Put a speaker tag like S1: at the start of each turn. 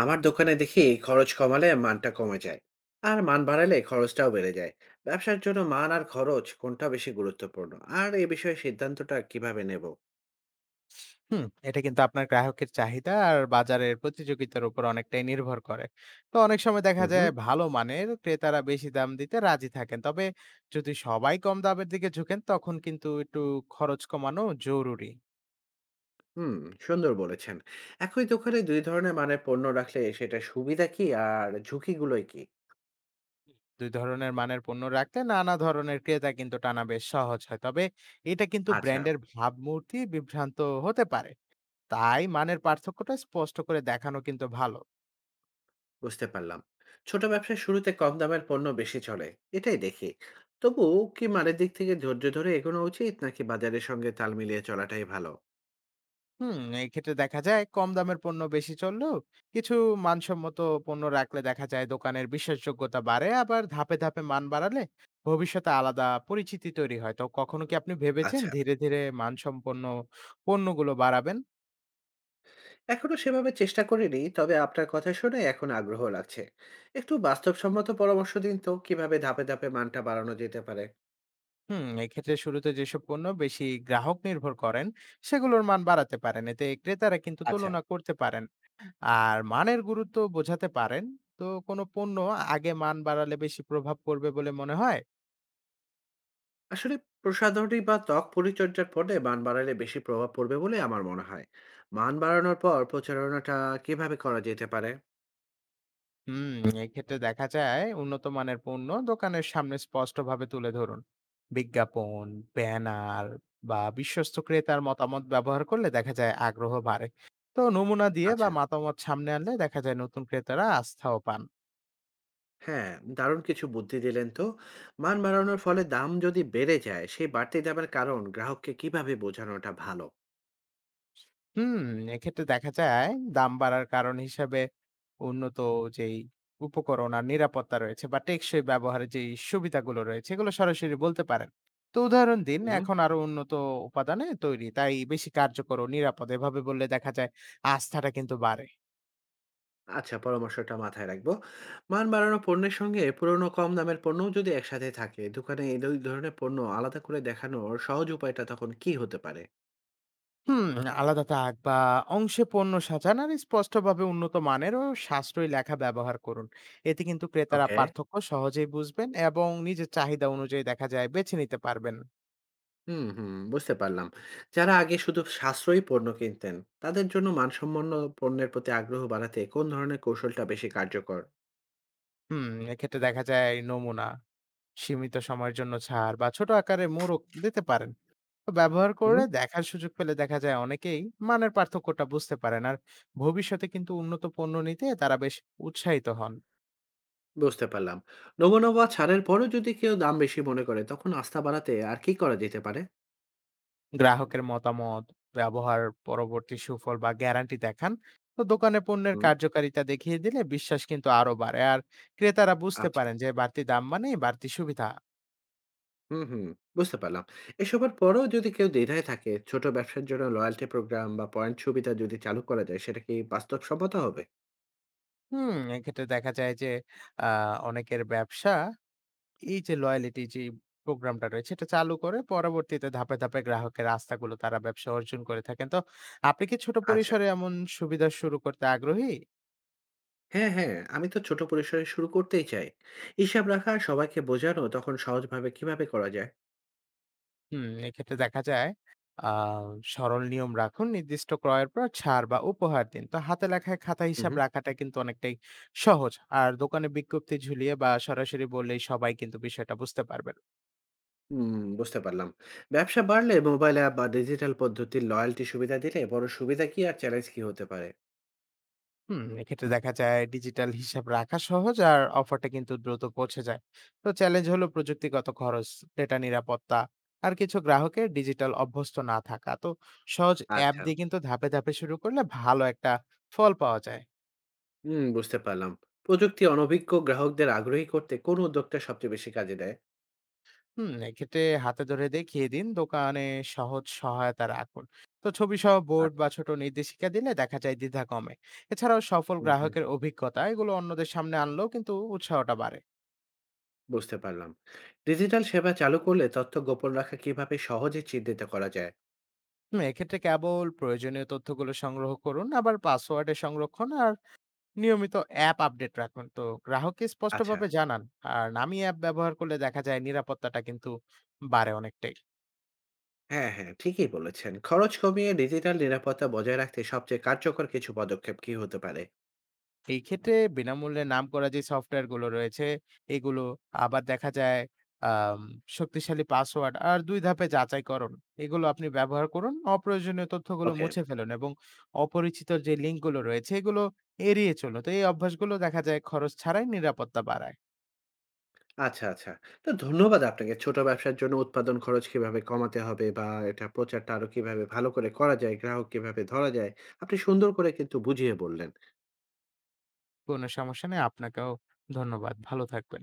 S1: আমার দোকানে দেখি খরচ কমালে মানটা কমে যায়। আর মান বাড়ালে খরচটাও বেড়ে যায়। ব্যবসার জন্য মান আর খরচ কোনটা বেশি গুরুত্বপূর্ণ? আর এ বিষয়ে সিদ্ধান্তটা কিভাবে নেব?
S2: হুম, এটা কিন্তু আপনার গ্রাহকের চাহিদা আর বাজারের প্রতিযোগিতার উপর অনেকটাই নির্ভর করে। তো অনেক সময় দেখা
S1: হুম
S2: যায়
S1: হুম।
S2: ভালো মানের ক্রেতারা বেশি দাম দিতে রাজি থাকেন। তবে যদি সবাই কম দামের দিকে ঝুঁকেন তখন কিন্তু একটু খরচ কমানো জরুরি।
S1: হুম। সুন্দর বলেছেন। একই দোকানে দুই ধরনের মানের পণ্য রাখলে সেটা সুবিধা কি আর ঝুঁকিগুলোই কি?
S2: ২ ধরনের মানের পণ্য রাখতে নানা ধরনের ক্রেতা কিন্তু টানা বেশ সহজ হয়। তবে এটা কিন্তু
S1: আচ্ছা।
S2: ব্র্যান্ডের ভাবমূর্তি বিভ্রান্ত হতে পারে। তাই মানের পার্থক্যটা স্পষ্ট করে দেখানো কিন্তু ভালো।
S1: বুঝতে পারলাম। ছোট ব্যবসার শুরুতে কম দামের পণ্য বেশি চলে, এটাই দেখি। তবু কি মানের দিক থেকে ধৈর্য ধরে এগোনো উচিত নাকি বাজারের সঙ্গে তাল মিলিয়ে চলাটাই ভালো?
S2: হুম, এক্ষেত্রে দেখা যায় কম দামের পণ্য বেশি চললেও কিছু মানসম্মত পণ্য রাখলে দেখা যায় দোকানের বিশ্বাসযোগ্যতা বাড়ে। আবার ধাপে ধাপে মান বাড়ালে ভবিষ্যতে আলাদা পরিচিতি তৈরি হয়। তো কখনো কি আপনি ভেবেছেন
S1: আচ্ছা।
S2: ধীরে ধীরে মানসম্পন্ন পণ্যগুলো বাড়াবেন?
S1: এখনো সেভাবে চেষ্টা করিনি, তবে আপনার কথা শুনে এখন আগ্রহ লাগছে। একটু বাস্তবসম্মত পরামর্শ দিন তো, কিভাবে ধাপে ধাপে মানটা বাড়ানো যেতে পারে?
S2: হুম, এক্ষেত্রে শুরুতে যেসব পণ্য বেশি গ্রাহক নির্ভর করেন সেগুলোর মান বাড়াতে পারেন। এতে ক্রেতারা কিন্তু
S1: আচ্ছা।
S2: তুলনা করতে পারেন আর মানের গুরুত্ব বোঝাতে পারেন। তো কোনো পণ্য আগে মান বাড়ালে বেশি প্রভাব পড়বে বলে মনে হয়?
S1: আসলে প্রসাধনী বা ত্বক পরিচর্যার পরে মান বাড়ালে বেশি প্রভাব পড়বে বলে আমার মনে হয়। মান বাড়ানোর পর প্রচারণাটা কিভাবে করা যেতে পারে?
S2: হুম, এক্ষেত্রে দেখা যায় উন্নত মানের পণ্য দোকানের সামনে স্পষ্টভাবে তুলে ধরুন। বিজ্ঞাপন, ব্যানার বা বিশ্বস্ত ক্রেতার মতামত ব্যবহার করলে দেখা যায় আগ্রহ বাড়ে। তো নমুনা দিয়ে বা
S1: আচ্ছা।
S2: মতামত সামনে আনলে দেখা যায় নতুন ক্রেতারা আস্থাও পান।
S1: হ্যাঁ। দারুণ কিছু বুদ্ধি দিলেন তো। মান বাড়ানোর ফলে দাম যদি বেড়ে যায়, সেই বাড়তি দামের কারণ গ্রাহককে কিভাবে বোঝানোটা ভালো?
S2: হুম, এক্ষেত্রে দেখা যায় দাম বাড়ার কারণ হিসাবে উন্নত যেই উপকরণ আর নিরাপত্তা রয়েছে বা টেকসই ব্যবহারের যেই সুবিধাগুলো রয়েছে এগুলো সরাসরি বলতে পারেন। তো উদাহরণ দিন, এখন আরো উন্নত উপাদানে তৈরি তাই বেশি কার্যকর ও নিরাপদ, এভাবে বললে দেখা যায় আস্থাটা কিন্তু বাড়ে।
S1: আচ্ছা, পরামর্শটা মাথায় রাখবো। মান বাড়ানো পণ্যের সঙ্গে পুরনো কম দামের পণ্যও যদি একসাথে থাকে, দোকানে এই ২ ধরনের পণ্য আলাদা করে দেখানোর সহজ উপায়টা তখন কি হতে পারে?
S2: হুম, আলাদা তাক বা অংশে পণ্য সাজান আর স্পষ্টভাবে উন্নত মানের ও সাশ্রয়ী লেখা ব্যবহার করুন। এতে কিন্তু ক্রেতারা
S1: ওকে।
S2: পার্থক্য সহজেই বুঝবেন এবং নিজের চাহিদা অনুযায়ী দেখা যায় বেছে নিতে পারবেন।
S1: হুম, হুম, বুঝতে পারলাম। যারা আগে শুধু সাশ্রয়ী পণ্য কিনতেন, তাদের জন্য মানসম্পন্ন পণ্যের প্রতি আগ্রহ বাড়াতে কোন ধরনের কৌশলটা বেশি কার্যকর?
S2: হুম, এক্ষেত্রে দেখা যায় নমুনা, সীমিত সময়ের জন্য ছাড় বা ছোট আকারে মোড়ক দিতে পারেন। তো ব্যবহার করে
S1: হুম,
S2: দেখার সুযোগ পেলে দেখা যায় অনেকেই মানের পার্থক্যটা বুঝতে পারেন। আর ভবিষ্যতে কিন্তু উন্নত পণ্য নিতে তারা বেশ উৎসাহিত হন।
S1: বুঝতে পারলাম। নমুনা বা ছাড়ের পরেও যদি কেউ দাম বেশি মনে করে, তখন আস্থা বাড়াতে আর কি করা যেতে পারে?
S2: গ্রাহকের মতামত, ব্যবহার পরবর্তী সুফল বা গ্যারান্টি দেখান। তো দোকানে পণ্যের
S1: হুম,
S2: কার্যকারিতা দেখিয়ে দিলে বিশ্বাস কিন্তু আরো বাড়ে। আর ক্রেতারা বুঝতে
S1: আচ্ছা।
S2: পারেন যে বাড়তি দাম মানেই বাড়তি সুবিধা।
S1: হুম, হুম। বুঝতে পারলাম। এসবের পরেও যদি কেউ দ্বিধায় থাকে, ছোট ব্যবসার জন্য লয়াল্টি প্রোগ্রাম বা পয়েন্ট সুবিধা যদি চালু করা যায়, সেটা কি বাস্তবসম্মত হবে?
S2: হুম, এক্ষেত্রে দেখা যায় যে আ অনেকের ব্যবসা এই যে লয়ালিটি প্রোগ্রামটা রয়েছে এটা চালু করে পরবর্তীতে ধাপে ধাপে গ্রাহকের রাস্তাগুলো তারা ব্যবসা অর্জন করে থাকেন। তো আপনি কি ছোট
S1: আচ্ছা।
S2: পরিসরে এমন সুবিধা শুরু করতে আগ্রহী?
S1: হ্যাঁ, হ্যাঁ। আমি তো ছোট পরিসরে শুরু করতেই চাই। হিসাব রাখা আর সবাইকে বোঝানো তখন সহজভাবে কিভাবে করা যায়?
S2: হুম, এক্ষেত্রে দেখা যায় আহ সরল নিয়ম রাখুন, নির্দিষ্ট ক্রয়ের পর ছাড় বা উপহার দিন। তো হাতে লেখায় খাতা
S1: হু,
S2: হিসাব
S1: হু।
S2: রাখাটা কিন্তু অনেকটাই সহজ। আর দোকানে বিজ্ঞপ্তি ঝুলিয়ে বা সরাসরি বললেই সবাই কিন্তু বিষয়টা বুঝতে পারবেন।
S1: হুম, বুঝতে পারলাম। ব্যবসা বাড়লে মোবাইল অ্যাপ বা ডিজিটাল পদ্ধতির লয়াল্টি সুবিধা দিলে বড় সুবিধা কি আর চ্যালেঞ্জ কি হতে পারে?
S2: হুম, এক্ষেত্রে দেখা যায় ডিজিটাল হিসাব রাখা সহজ আর অফারটা কিন্তু দ্রুত পৌঁছে যায়। তো চ্যালেঞ্জ হলো প্রযুক্তিগত খরচ, ডেটা নিরাপত্তা আর কিছু গ্রাহকের ডিজিটাল অভ্যস্ত না থাকা। তো সহজ অ্যাপ
S1: আচ্ছা।
S2: দিয়ে কিন্তু ধাপে ধাপে শুরু করলে ভালো একটা ফল পাওয়া যায়।
S1: হুম, বুঝতে পারলাম। প্রযুক্তি অনভিজ্ঞ গ্রাহকদের আগ্রহী করতে কোন উদ্যোগটা সবচেয়ে বেশি কাজে দেয়?
S2: হুম, এক্ষেত্রে হাতে ধরে দেখিয়ে দিন, দোকানে সহজ সহায়তা রাখুন। তো ছবি সহ বোর্ড বা
S1: আচ্ছা।
S2: ছোট নির্দেশিকা দিলে দেখা যায় দ্বিধা কমে। এছাড়াও সফল
S1: হু, হু।
S2: গ্রাহকের অভিজ্ঞতা এগুলো অন্যদের সামনে আনলেও কিন্তু উৎসাহটা বাড়ে।
S1: বুঝতে পারলাম। ডিজিটাল সেবা চালু করলে তথ্য গোপন রাখা কিভাবে সহজে চিহ্নিত করা যায়?
S2: হুম, এক্ষেত্রে কেবল প্রয়োজনীয় তথ্যগুলো সংগ্রহ করুন, আবার পাসওয়ার্ডে সংরক্ষণ আর নিয়মিত অ্যাপ আপডেট রাখুন। তো গ্রাহককে
S1: আচ্ছা।
S2: স্পষ্টভাবে জানান আর নামি অ্যাপ ব্যবহার করলে দেখা যায় নিরাপত্তাটা কিন্তু বাড়ে অনেকটাই।
S1: হ্যাঁ, হ্যাঁ, ঠিকই বলেছেন। খরচ কমিয়ে ডিজিটাল নিরাপত্তা বজায় রাখতে সবচেয়ে কার্যকর কিছু পদক্ষেপ কি হতে পারে?
S2: এই ক্ষেত্রে বিনামূল্যে নামকরা যে সফটওয়্যার গুলো রয়েছে এগুলো, আবার দেখা যায় আম শক্তিশালী পাসওয়ার্ড আর ২ ধাপে যাচাইকরণ এগুলো আপনি ব্যবহার করুন। অপ্রয়োজনীয় তথ্যগুলো
S1: ওকে।
S2: মুছে ফেলুন এবং অপরিচিত যে লিঙ্ক গুলো রয়েছে এগুলো এড়িয়ে চলুন। তো এই অভ্যাসগুলো দেখা যায় খরচ ছাড়াই নিরাপত্তা বাড়ায়।
S1: আচ্ছা, আচ্ছা। তো ধন্যবাদ আপনাকে। ছোট ব্যবসার জন্য উৎপাদন খরচ কিভাবে কমাতে হবে বা এটা প্রচারটা আরো কিভাবে ভালো করে করা যায়, গ্রাহক কিভাবে ধরা যায়, আপনি সুন্দর করে কিন্তু বুঝিয়ে বললেন।
S2: কোনো সমস্যা নেই। আপনাকেও ধন্যবাদ। ভালো থাকবেন।